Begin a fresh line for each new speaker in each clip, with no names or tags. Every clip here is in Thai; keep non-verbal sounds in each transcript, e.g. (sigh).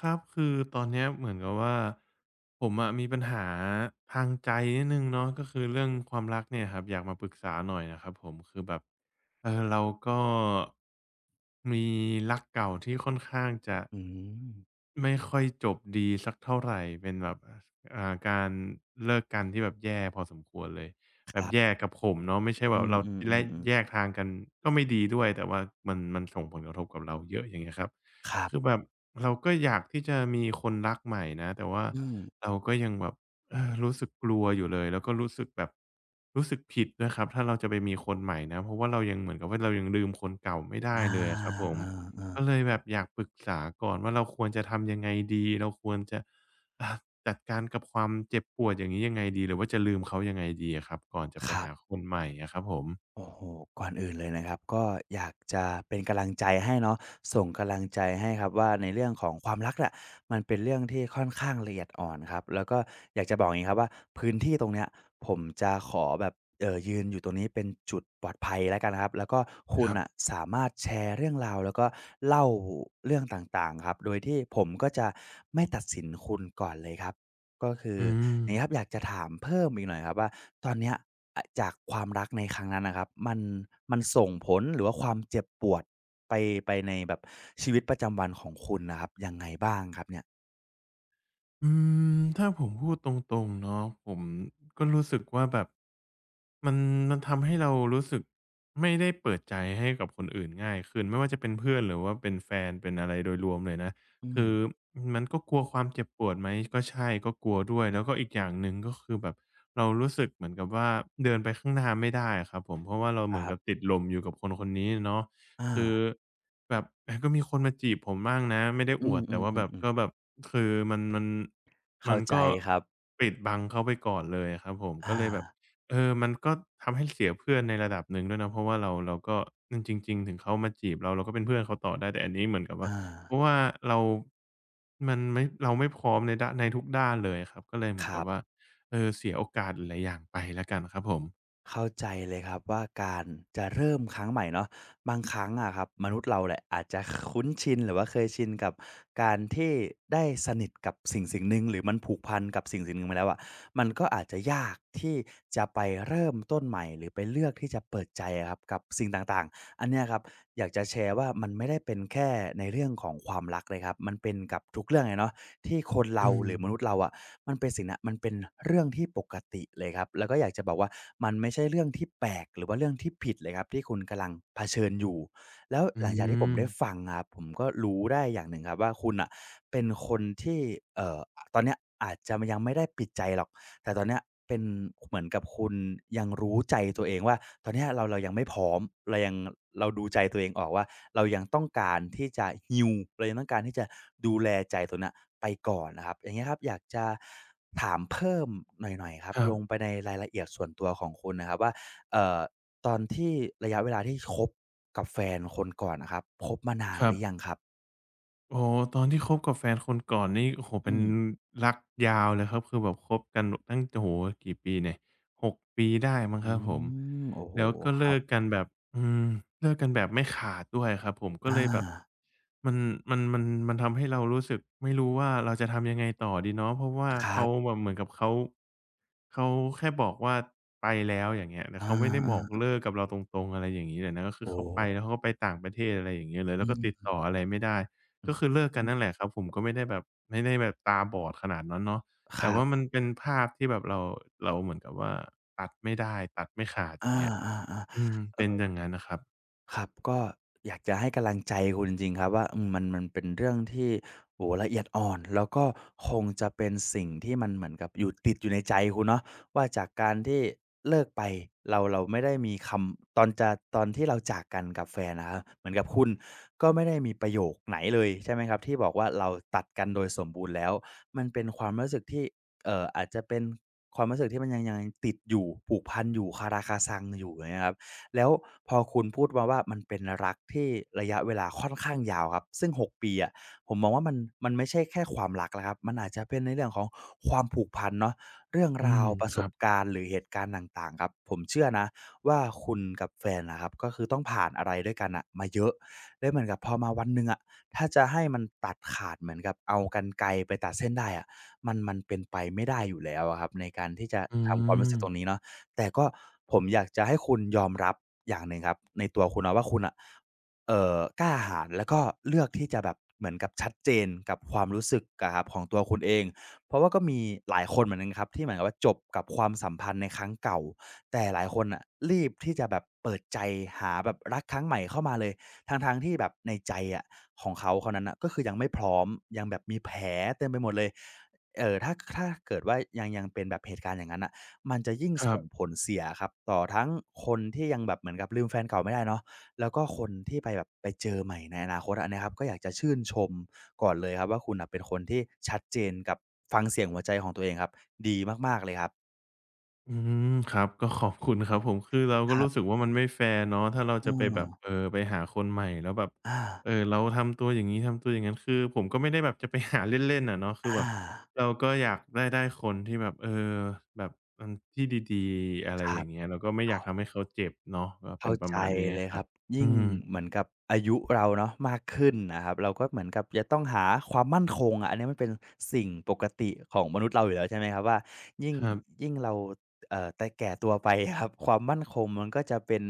ครับคือตอนเนี้ยเหมือนกับว่าผมอะมีปัญหาทางใจนิดหนึ่งเนาะก็คือเรื่องความรักเนี่ยครับอยากมาปรึกษาหน่อยนะครับผมคือแบบเราก็มีรักเก่าที่ค่อนข้างจะ
อืม
ไม่ค่อยจบดีสักเท่าไรเป็นแบบการเลิกกันที่แบบแย่พอสมควรเลย
ค
แบบ
รับ
แย่กับผมเนาะไม่ใช่แบ
อื
บเรา
ม
แล่
ๆๆ
แย
ๆ
กทางกันก็ไม่ดีด้วยแต่ว่ามันส่งผลกระทบกับเราเยอะอย่างเงี้ยครับ
ครั
คือแบ
บ
บเราก็อยากที่จะมีคนรักใหม่นะแต่ว่า
อืม
เราก็ยังแบบรู้สึกกลัวอยู่เลยแล้วก็รู้สึกแบบรู้สึกผิดด้วยครับถ้าเราจะไปมีคนใหม่นะเพราะว่าเรายังเหมือนกับว่าเรายังลืมคนเก่าไม่ได้
อา
เลยอะครับผม
เออ
ก็เลยแบบอยากปรึกษาก่อนว่าเราควรจะทำยังไงดี เราควรจะอ่าจัดการกับความเจ็บปวดอย่างงี้ยังไงดีหรือว่าจะลืมเขายังไงดีอะครับก่อนจะ
ๆ
ไป
ครั
หา
บ
คนใหม่อะครับผม
โอ้โหก่อนอื่นเลยนะครับก็อยากจะเป็นกำลังใจให้เนาะส่งกำลังใจให้ครับว่าในเรื่องของความรักน่ะมันเป็นเรื่องที่ค่อนข้างละเอียดอ่อนครับแล้วก็อยากจะบอกอย่างงี้ครับว่าพื้นที่ตรงเนี้ยผมจะขอแบบยืนอยู่ตรงนี้เป็นจุดปลอดภัยแล้วกันครับแล้วก็คุ
ค
ณ
รั
น่ะ
บ
สามารถแชร์เรื่องราวแล้วก็เล่าเรื่องต่างๆครับโดยที่ผมก็จะไม่ตัดสินคุณก่อนเลยครับ ก็คือ
อืม
อย่างนี้ครับอยากจะถามเพิ่มอีกหน่อยครับว่าตอนเนี้ยอะจากความรักในครั้งนั้นน่ะครับมันส่งผลหรือว่าความเจ็บปวดไปไปในแบบชีวิตประจำวันของคุณน่ะครับยังไงบ้างครับเนี่ย
อืมถ้าผมพูดตรงๆเนาะผมก็รู้สึกว่าแบบมันมันทำให้เรารู้สึกไม่ได้เปิดใจให้กับคนอื่นง่ายขึ้นไม่ว่าจะเป็นเพื่อนหรือว่าเป็นแฟนเป็นอะไรโดยรวมเลยนะ
อื
คื
ม
อมันก็กลัวความเจ็บปวดไหมก็ใช่ก็กลัวด้วยแล้วก็อีกอย่างหนึ่งก็คือแบบเรารู้สึกเหมือนกับว่าเดินไปข้างหน้าไม่ได้ครับผมเพราะว่าเรา
ค
เหมือน
รั
กับ
บ
ติดลมอยู่กับคนคนนี้เนาะ
อา
คือ แบบ (laughs) เออก็มีคนมาจีบผมบ้างนะไม่ได้
อื
อวดแต่
ม
ว่าแบบ
ๆๆ
ก็แบ
ๆ
บคือมันมันมั
เข้า
น
ใจ
ก็
ครับ
ปิดบังเขาไปก่อนเลยอะครับผมก็
อา
เลยแบบเออมันก็ทำให้เสียเพื่อนในระดับหนึ่งด้วยนะเพราะว่าเราก็อืมจริงๆถึงเขามาจีบเราเราก็เป็นเพื่อนเขาต่อได้แต่อันนี้เหมือนกับว่า
อา
เพราะว่าเรามันไม่เราไม่พร้อมในด้านในทุกด้านเลยอะครับก็เลยเหมื
ค
อนกั
รั
บ
บ
ว่าเออเสียโอกาสหลายๆอย่างไปแล้วกันครับผม
เข้าใจเลยครับว่าการจะเริ่มครั้งใหม่เนาะบางครั้งอะครับมนุษย์เราแหละอาจจะคุ้นชินหรือว่าเคยชินกับการที่ได้สนิทกับสิ่งสิ่งหนึ่งหรือมันผูกพันกับสิ่งสิ่งหนึ่งมาแล้วอะมันก็อาจจะยากที่จะไปเริ่มต้นใหม่หรือไปเลือกที่จะเปิดใจอะครับกับสิ่งต่างๆอันเนี้ยครับอยากจะแชร์ว่ามันไม่ได้เป็นแค่ในเรื่องของความรักเลยครับมันเป็นกับทุกเรื่องเลยเนาะ ที่คนเรา
อื
ห
ม
รือมนุษย์เราอะะมันเป็นเรื่องที่ปกติเลยครับแล้วก็อยากจะบอกว่ามันไม่ใช่เรื่องที่แปลกหรือว่าเรื่องที่ผิดเลยครับที่คุณกำลังเผชิญอยู่แล้ว
อื
หลังจากที่ผมได้
ม
ฟังอะครับผมก็รู้ได้อย่างหนึ่งครับว่าคุณน่ะเป็นคนที่เอ่อตอนเนี้ยอาจจะยังไม่ได้ปิดใจหรอก แต่ตอนเนี้ยเป็นเหมือนกับคุณยังรู้ใจตัวเองว่าตอนเนี้ยเรายังไม่พร้อมเรายังเราดูใจตัวเองออกว่าเรายังต้องการที่จะ heal เรายังต้องการที่จะดูแลใจตัวเนี้ยไปก่อนนะครับอย่างเงี้ยครับอยากจะถามเพิ่มหน่อยๆครับ
ครั
ลงไป
บ
ในรายละเอียดส่วนตัวของคุณนะครับว่าเอ่อตอนที่ระยะเวลาที่คบกับแฟนคนก่อนอะครับคบมานาน
ค
ห
รั
รือยั
บ
งครับ
โอ้โฮตอนที่คบกับแฟนคนก่อนนี่โอ้โฮเป็
อื
น
ม
รักยาวเลยครับคือแบบคบกันตั้งโอ้โฮกี่ปีเนี่ย6 ปีได้มั้งค
อื
รับผม
มโอ้โฮ
แล้วก็
ครั
เลิ
บ
กกันแบบอืมเลิกกันแบบไม่ขาดด้วยครับผมก็เล
อา
ยแบบมันมันทำให้เรารู้สึกไม่รู้ว่าเราจะทำยังไงต่อดีเนาะเพราะว่า
ครั
เขา
บ
แบบเหมือนกับเขาแค่บอกว่าไปแล้วอย่างเงี้ยแต่
อ
เขาไม่ได้บอก
า
เลิกกับเราตรงๆอะไรอย่างงี้เลยนะก็
ๆ
คือ
โอ้
เขาไปแล้วเขาก็ไปต่างประเทศอะไรอย่างเงี้ยเลยแล้ว
อื
ก็ติด
ม
ต่ออะไรไม่ได้
อื
ก็
อ
คือเลิก
ฮึ
กันนั่นแหละครับผมก็ไม่ได้แบบไม่ได้แบบตาบอดขนาดนั้นเนาะ
ค
แต่
รั
ว่า
บ
มันเป็นภาพที่แบบเราเราเหมือนกับว่าตัดไม่ได้ตัดไม่ขาดอ
อา
ย่างเงี้
ๆ
ย
ๆเออ
เป็นอย่างงั้นน่ะครับ
ครับก็อยากจะให้กำลังใจคุณจริงๆครับว่าอืมมันเป็นเรื่องที่โอ้โฮละเอียดอ่อนแล้วก็คงจะเป็นสิ่งที่มันเหมือนกับอยู่ติดอยู่ในใจคุณเนาะว่าจากการที่เลิกไปเราไม่ได้มีคำตอนจะตอนที่เราจากกันกับแฟนนะครับเหมือนกับคุณก็ไม่ได้มีประโยคไหนเลยใช่ไหมครับที่บอกว่าเราตัดกันโดยสมบูรณ์แล้วมันเป็นความรู้สึกที่อาจจะเป็นความรู้สึกที่มันยังติดอยู่ผูกพันอยู่คาราคาซังอยู่อย่างเงี้ยครับ แล้วพอคุณพูดมาว่ามันเป็นรักที่ระยะเวลาค่อนข้างยาวครับซึ่ง6ปีอะผมมองว่ามันไม่ใช่แค่ความรักแล้วครับมันอาจจะเป็นในเรื่องของความผูกพันเนาะเรื่อง
อื
รา
ม
วประ
ค
ส
รั
บ
บ
การณ์หรือเหตุการณ์ต่างๆครับผมเชื่อนะว่าคุณกับแฟนอะครับก็คือต้องผ่านอะไรด้วยกันน่ะมาเยอะแล้วเหมือนกับพอมาวันหนึ่งอะถ้าจะให้มันตัดขาดเหมือนกับเอากรรไกรไปตัดเส้นได้อะมันเป็นไปไม่ได้อยู่แล้วอะครับในการที่จะ
อื
ทำความรู้สึ
ม
กตรงนี้เนาะ แต่ก็ผมอยากจะให้คุณยอมรับอย่างหนึ่งครับในตัวคุณเนาะว่าคุณอ่ะกล้าหาญแล้วก็เลือกที่จะแบบเหมือนกับชัดเจนกับความรู้สึกอะครับของตัวคุณเองเพราะว่าก็มีหลายคนเหมือนกันครับที่เหมือนกับว่าจบกับความสัมพันธ์ในครั้งเก่าแต่หลายคนอ่ะรีบที่จะแบบเปิดใจหาแบบรักครั้งใหม่เข้ามาเลยทั้งๆที่แบบในใจอะของเขาคนนั้นอ่ะก็คือยังไม่พร้อมยังแบบมีแผลเต็มไปหมดเลยถ้าเกิดว่ายังเป็นแบบเหตุการณ์อย่างนั้นอ่ะ มันจะยิ่ง
ครับ
ส่งผลเสียครับต่อทั้งคนที่ยังแบบเหมือนกับลืมแฟนเก่าไม่ได้เนาะแล้วก็คนที่ไปแบบไปเจอใหม่ในอนาคตอันเนี้ยครับก็อยากจะชื่นชมก่อนเลยครับว่าคุณน่ะเป็นคนที่ชัดเจนกับฟังเสียงหัวใจของตัวเองครับดีมากๆเลยครับ
อืมครับก็ขอบคุณครับผมคือเรา
ค
ก็
รั
รู้สึ
บ
กว่ามันไม่แฟร์เนาะถ้าเรา
เอ
จะไปแบ
อ
บไปหาคนใหม่แล้วแบบ
อา
เราทำตัวอย่างงี้ทำตัวอย่างงั้นคือผมก็ไม่ได้แบบจะไปหาเล่นๆอะเนาะคือแบบ
อา
เราก็อยากได้คนที่แบบแบบที่ดีๆอะไร
ค
อ
รั
ย่า
บ
งเงี้ยเราก็ไม่อยาก
เขา
ทำให้เขาเจ็บเนาะก็เป็
เข้า
นประ
ใจ
มาณนี้
เลย
ค
ค
รั
รั
บ
บ
อื
ยิ่ง
ม
เหมือนกับอายุเราเนาะมากขึ้นนะครับเราก็เหมือนกับจะต้องหาความมั่นคงอะอันนี้มันเป็นสิ่งปกติของมนุษย์เราอยู่แล้วใช่ไหมครับว่ายิ่ง
ครับ
ยิ่งเราแต่แก่ตัวไปครับความมั่นคงมันก็จะเป็น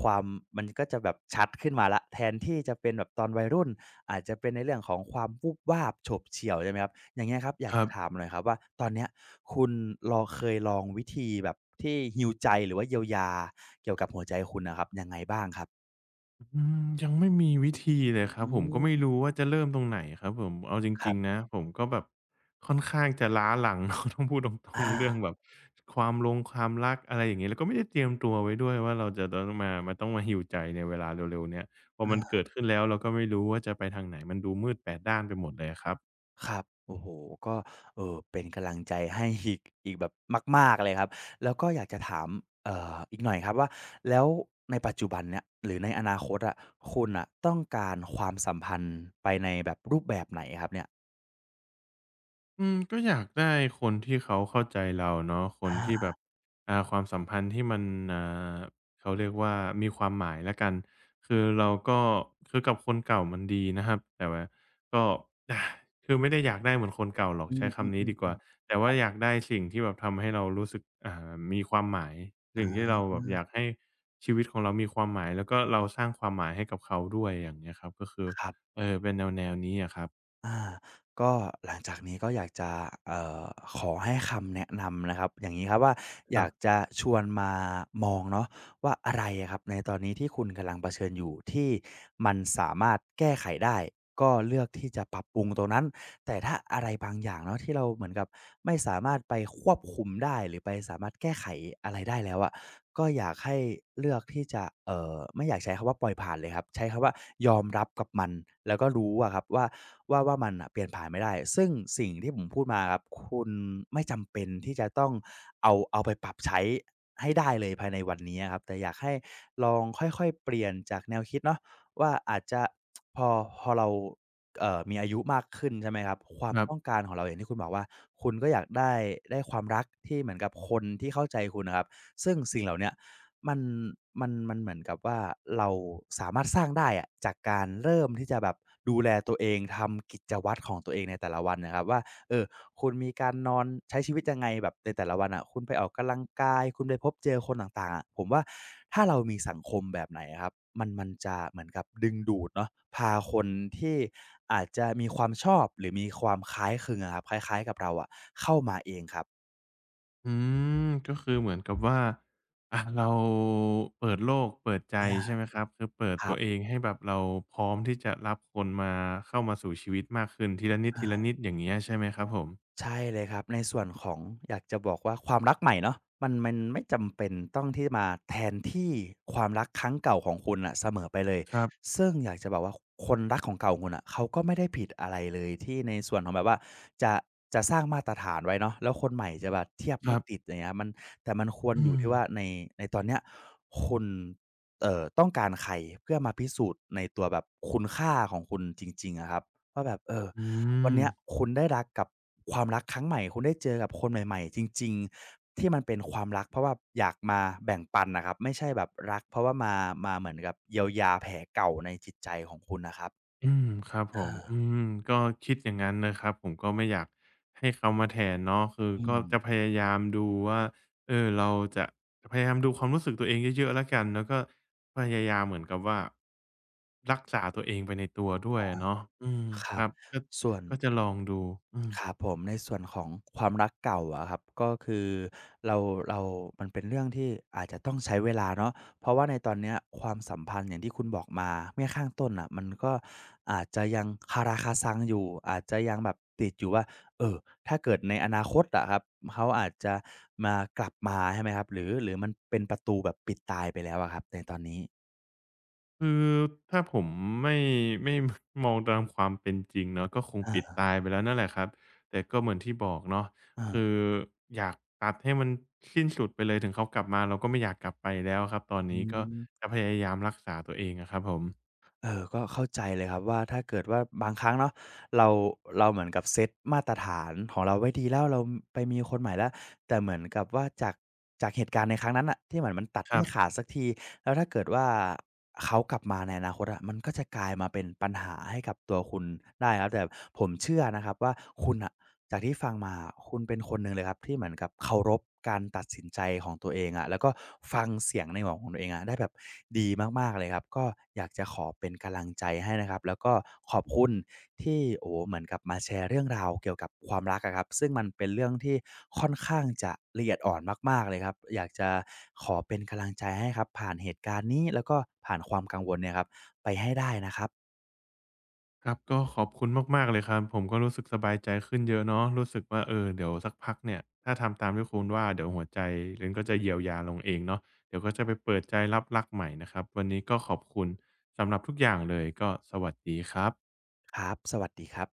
ความมันก็จะแบบชัดขึ้นมาแล้วแทนที่จะเป็นแบบตอนวัยรุ่นอาจจะเป็นในเรื่องของความวูบวาบโฉบเฉี่ยวใช่ไหมครับอย่างเงี้ยครับอยาก
ครั
จะ
บ
ถามหน่อยครับว่าตอนเนี้ยคุณลองเคยลองวิธีแบบที่ heal ใจหรือว่าเยียวยา เกี่ยวกับหัวใจคุณน่ะครับยังไงบ้างครับ
ยังไม่มีวิธีเลยครั
อื
บผมก็ไม่
ม
รู้ว่าจะเริ่มตรงไหนครับผมเอาจ
ครั
ริงๆ
บ
นะผมก็แบบค่อนข้างจะล้าหลัง (laughs) เนาะต้องพูดตรง
อา
ๆเรื่องแบบความลงความรักอะไรอย่างงี้แล้วก็ไม่ได้เตรียมตัวไว้ด้วยว่าเราจะต้องมา heal ใจในเวลาเร็วๆเนี้ยพอมัน
อา
เกิดขึ้นแล้วเราก็ไม่รู้ว่าจะไปทางไหนมันดูมืดแปดด้านไปหมดเลยอะครับ
ครับโอ้โฮก็เป็นกำลังใจให้อีกแบบมากๆเลยครับแล้วก็อยากจะถามอีกหน่อยครับว่าแล้วในปัจจุบันเนี่ยหรือในอนาคตอะคุณน่ะต้องการความสัมพันธ์ไปในแบบรูปแบบไหนครับเนี่ย
ก็อยากได้คนที่เขาเข้าใจเราเนาะคนที่แบ
อา
บความสัมพันธ์ที่มันอ่าเขาเรียกว่ามีความหมายแล้วกันคือเราก็คือกับคนเก่ามันดีนะครับแต่ว่าก็อาคือไม่ได้อยากได้เหมือนคนเก่าหรอก
อื
ใช้
ม
คำนี้ดีกว่า
ๆๆๆ
แต่ว่าอยากได้สิ่งที่แบบทำให้เรารู้สึกมีความหมายสิ่
อา
งที่เราแบบอยากให้ชีวิตของเรามีความหมายแล้วก็เราสร้างความหมายให้กับเขาด้วยอย่างเงี้ยครับก็คือ
ครับ
เป็นแนวๆนี้อะครับ
อาก็หลังจากนี้ก็อยากจะเอ่อขอให้คำแนะนำนะครับอย่างงี้ครับว่า
ค
อ
รั
ยาก
บ
จะชวนมามองเนาะ ว่าอะไรอะครับในตอนนี้ที่คุณกำลังเผชิญอยู่ที่มันสามารถแก้ไขได้ก็เลือกที่จะปรับปรุงตรงนั้นแต่ถ้าอะไรบางอย่างเนาะที่เราเหมือนกับไม่สามารถไปควบคุมได้หรือไปสามารถแก้ไขอะไรได้แล้วอะก็อยากให้เลือกที่จะไม่อยากใช้คำว่าปล่อยผ่านเลยครับใช้คำว่ายอมรับกับมันแล้วก็รู้อะครับว่าว่ามันน่ะเปลี่ยนผ่านไม่ได้ซึ่งสิ่งที่ผมพูดมาครับคุณไม่จำเป็นที่จะต้องเอาไปปรับใช้ ให้ได้เลยภายในวันนี้ครับแต่อยากให้ลองค่อยๆเปลี่ยนจากแนวคิดเนาะว่าอาจจะพอพอเรามีอายุมากขึ้นใช่ไหมครับความ
ครับ
ต้องการของเราอย่างที่คุณบอกว่าคุณก็อยากได้ความรักที่เหมือนกับคนที่เข้าใจคุณนะครับซึ่งสิ่งเหล่าเนี้ยมันมันเหมือนกับว่าเราสามารถสร้างได้อะจากการเริ่มที่จะแบบดูแลตัวเองทำกิจวัตรของตัวเองในแต่ละวันนะครับว่าเออ คุณมีการนอนใช้ชีวิตยังไงแบบในแต่ละวันอะคุณไปออกกำลังกายคุณไปพบเจอคนต่างๆอะผมว่าถ้าเรามีสังคมแบบไหนอะครับมันจะเหมือนกับดึงดูดเนาะพาคนที่อาจจะมีความชอบหรือมีความคล้ายคลึงอะครับคล้ายๆกับเราอะเข้ามาเองครับ
อืมก็คือเหมือนกับว่าอะเราเปิดโลกเปิดใจใช่
อา
ไหมครับคือเปิด
ครั
ตัวเอ
บ
งให้แบบเราพร้อมที่จะรับคนมาเข้ามาสู่ชีวิตมากขึ้นทีละนิดๆอย่างเงี้ยใช่ไหมครับผม
ใช่เลยครับในส่วนของอยากจะบอกว่าความรักใหม่เนาะมันไม่จำเป็นต้องที่มาแทนที่ความรักครั้งเก่าของคุณน่ะเสมอไปเลย
คร
ซึ่งอยากจะบอกว่าคนรักของเก่าคุณน่ะเขาก็ไม่ได้ผิดอะไรเลยที่ในส่วนของแบบว่าจะจะสร้างมาตรฐานไว้เนาะแล้วคนใหม่จะแบบเทียบไม่
ับๆ
ติดอย่างเงี้ยมันแต่มันควรอ
อื
ยู่
ม
ที่ว่าในตอนเนี้ยคุณต้องการใครเพื่อมาพิสูจน์ในตัวแบบคุณค่าของคุณจริงๆอะครับว่าแบบเออ
อื
วัน
ม
เนี้ยคุณได้รักกับความรักครั้งใหม่คุณได้เจอกับคนใหม่ๆจริงๆที่มันเป็นความรักเพราะว่าอยากมาแบ่งปันน่ะครับไม่ใช่แบบรักเพราะว่ามาเหมือนกับเยียวยาแผลเก่าในจิตใจของคุณน่ะครับ
อืมครับผ
เอ
ม
อ
ก็คิดอย่างนั้นนะครับผมก็ไม่อยากให้เขามาแทนเนาะคือ
อื
ก็
ม
จะพยายามดูว่าเราจะพยายามดูความรู้สึกตัวเองเยอะๆแล้วกันแล้วก็พยายามเหมือนกับว่ารักษาตัวเองไปในตัวด้วยอะเนาะอืม
ค
ค
รับ
รับก็
ส่วน
จะลองดูอืม
ครับผมในส่วนของความรักเก่าอะครับก็คือเราเรามันเป็นเรื่องที่อาจจะต้องใช้เวลาเนาะเพราะว่าในตอนเนี้ยความสัมพันธ์อย่างที่คุณบอกมาเมื่อข้างต้นน่ะมันก็อาจจะยังคาราคาซังอยู่อาจจะยังแบบติดอยู่ว่าเอ่อถ้าเกิดในอนาคตอะครับเขาอาจจะมากลับมาใช่ไหมครับหรือมันเป็นประตูแบบปิดตายไปแล้วอะครับในตอนนี้
คือถ้าผมไม่ไม่ (laughs) มองตามความเป็นจริงเนาะก็คงปิด
อา
ตายไปแล้วนั่นแหละครับแต่ก็เหมือนที่บอกเนาะ
ๆ
คืออยากตัดให้มันสิ้นสุดไปเลยถึงเขากลับมาเราก็ไม่อยากกลับไปแล้วครับตอน
อื
นี้ก็
ม
จะพยายามรักษาตัวเองอะครับผม
เออก็เข้าใจเลยครับว่าถ้าเกิดว่าบางครั้งเนาะเราเราเหมือนกับเซตมาตรฐานของเราไว้ดีแล้วเราไปมีคนใหม่แล้วแต่เหมือนกับว่าจากเหตุการณ์ในครั้งนั้นน่ะที่เหมือนมันตัด
ครั
ไม่ขา
บ
ดสักทีแล้วถ้าเกิดว่าเขากลับมาในอนาคตอะมันก็จะกลายมาเป็นปัญหาให้กับตัวคุณได้ครับแต่ผมเชื่อนะครับว่าคุณน่ะ จากที่ฟังมาคุณเป็นคนหนึ่งเลยครับที่เหมือนกับเคารพการตัดสินใจของตัวเองอะแล้วก็ฟังเสียงในหัวของตัวเองอะได้แบบดีมากๆเลยครับก็อยากจะขอเป็นกำลังใจให้นะครับแล้วก็ขอบคุณที่โอ้โฮเหมือนกับมาแชร์เรื่องราวเกี่ยวกับความรักอะครับซึ่งมันเป็นเรื่องที่ค่อนข้างจะละเอียดอ่อนมากๆเลยครับอยากจะขอเป็นกำลังใจให้ครับผ่านเหตุการณ์นี้แล้วก็ผ่านความกังวลเนี่ยครับไปให้ได้นะครับ
ครับก็ขอบคุณมากๆเลยครับผมก็รู้สึกสบายใจขึ้นเยอะเนาะรู้สึกว่าเออเดี๋ยวสักพักเนี่ยถ้าทำตามที่คุณว่าเดี๋ยวหัวใจมันก็จะเยียวยาลงเองเนาะเดี๋ยวก็จะไปเปิดใจรับรักใหม่นะครับวันนี้ก็ขอบคุณสำหรับทุกอย่างเลยก็สวัสดีครับ
ครับสวัสดีครับ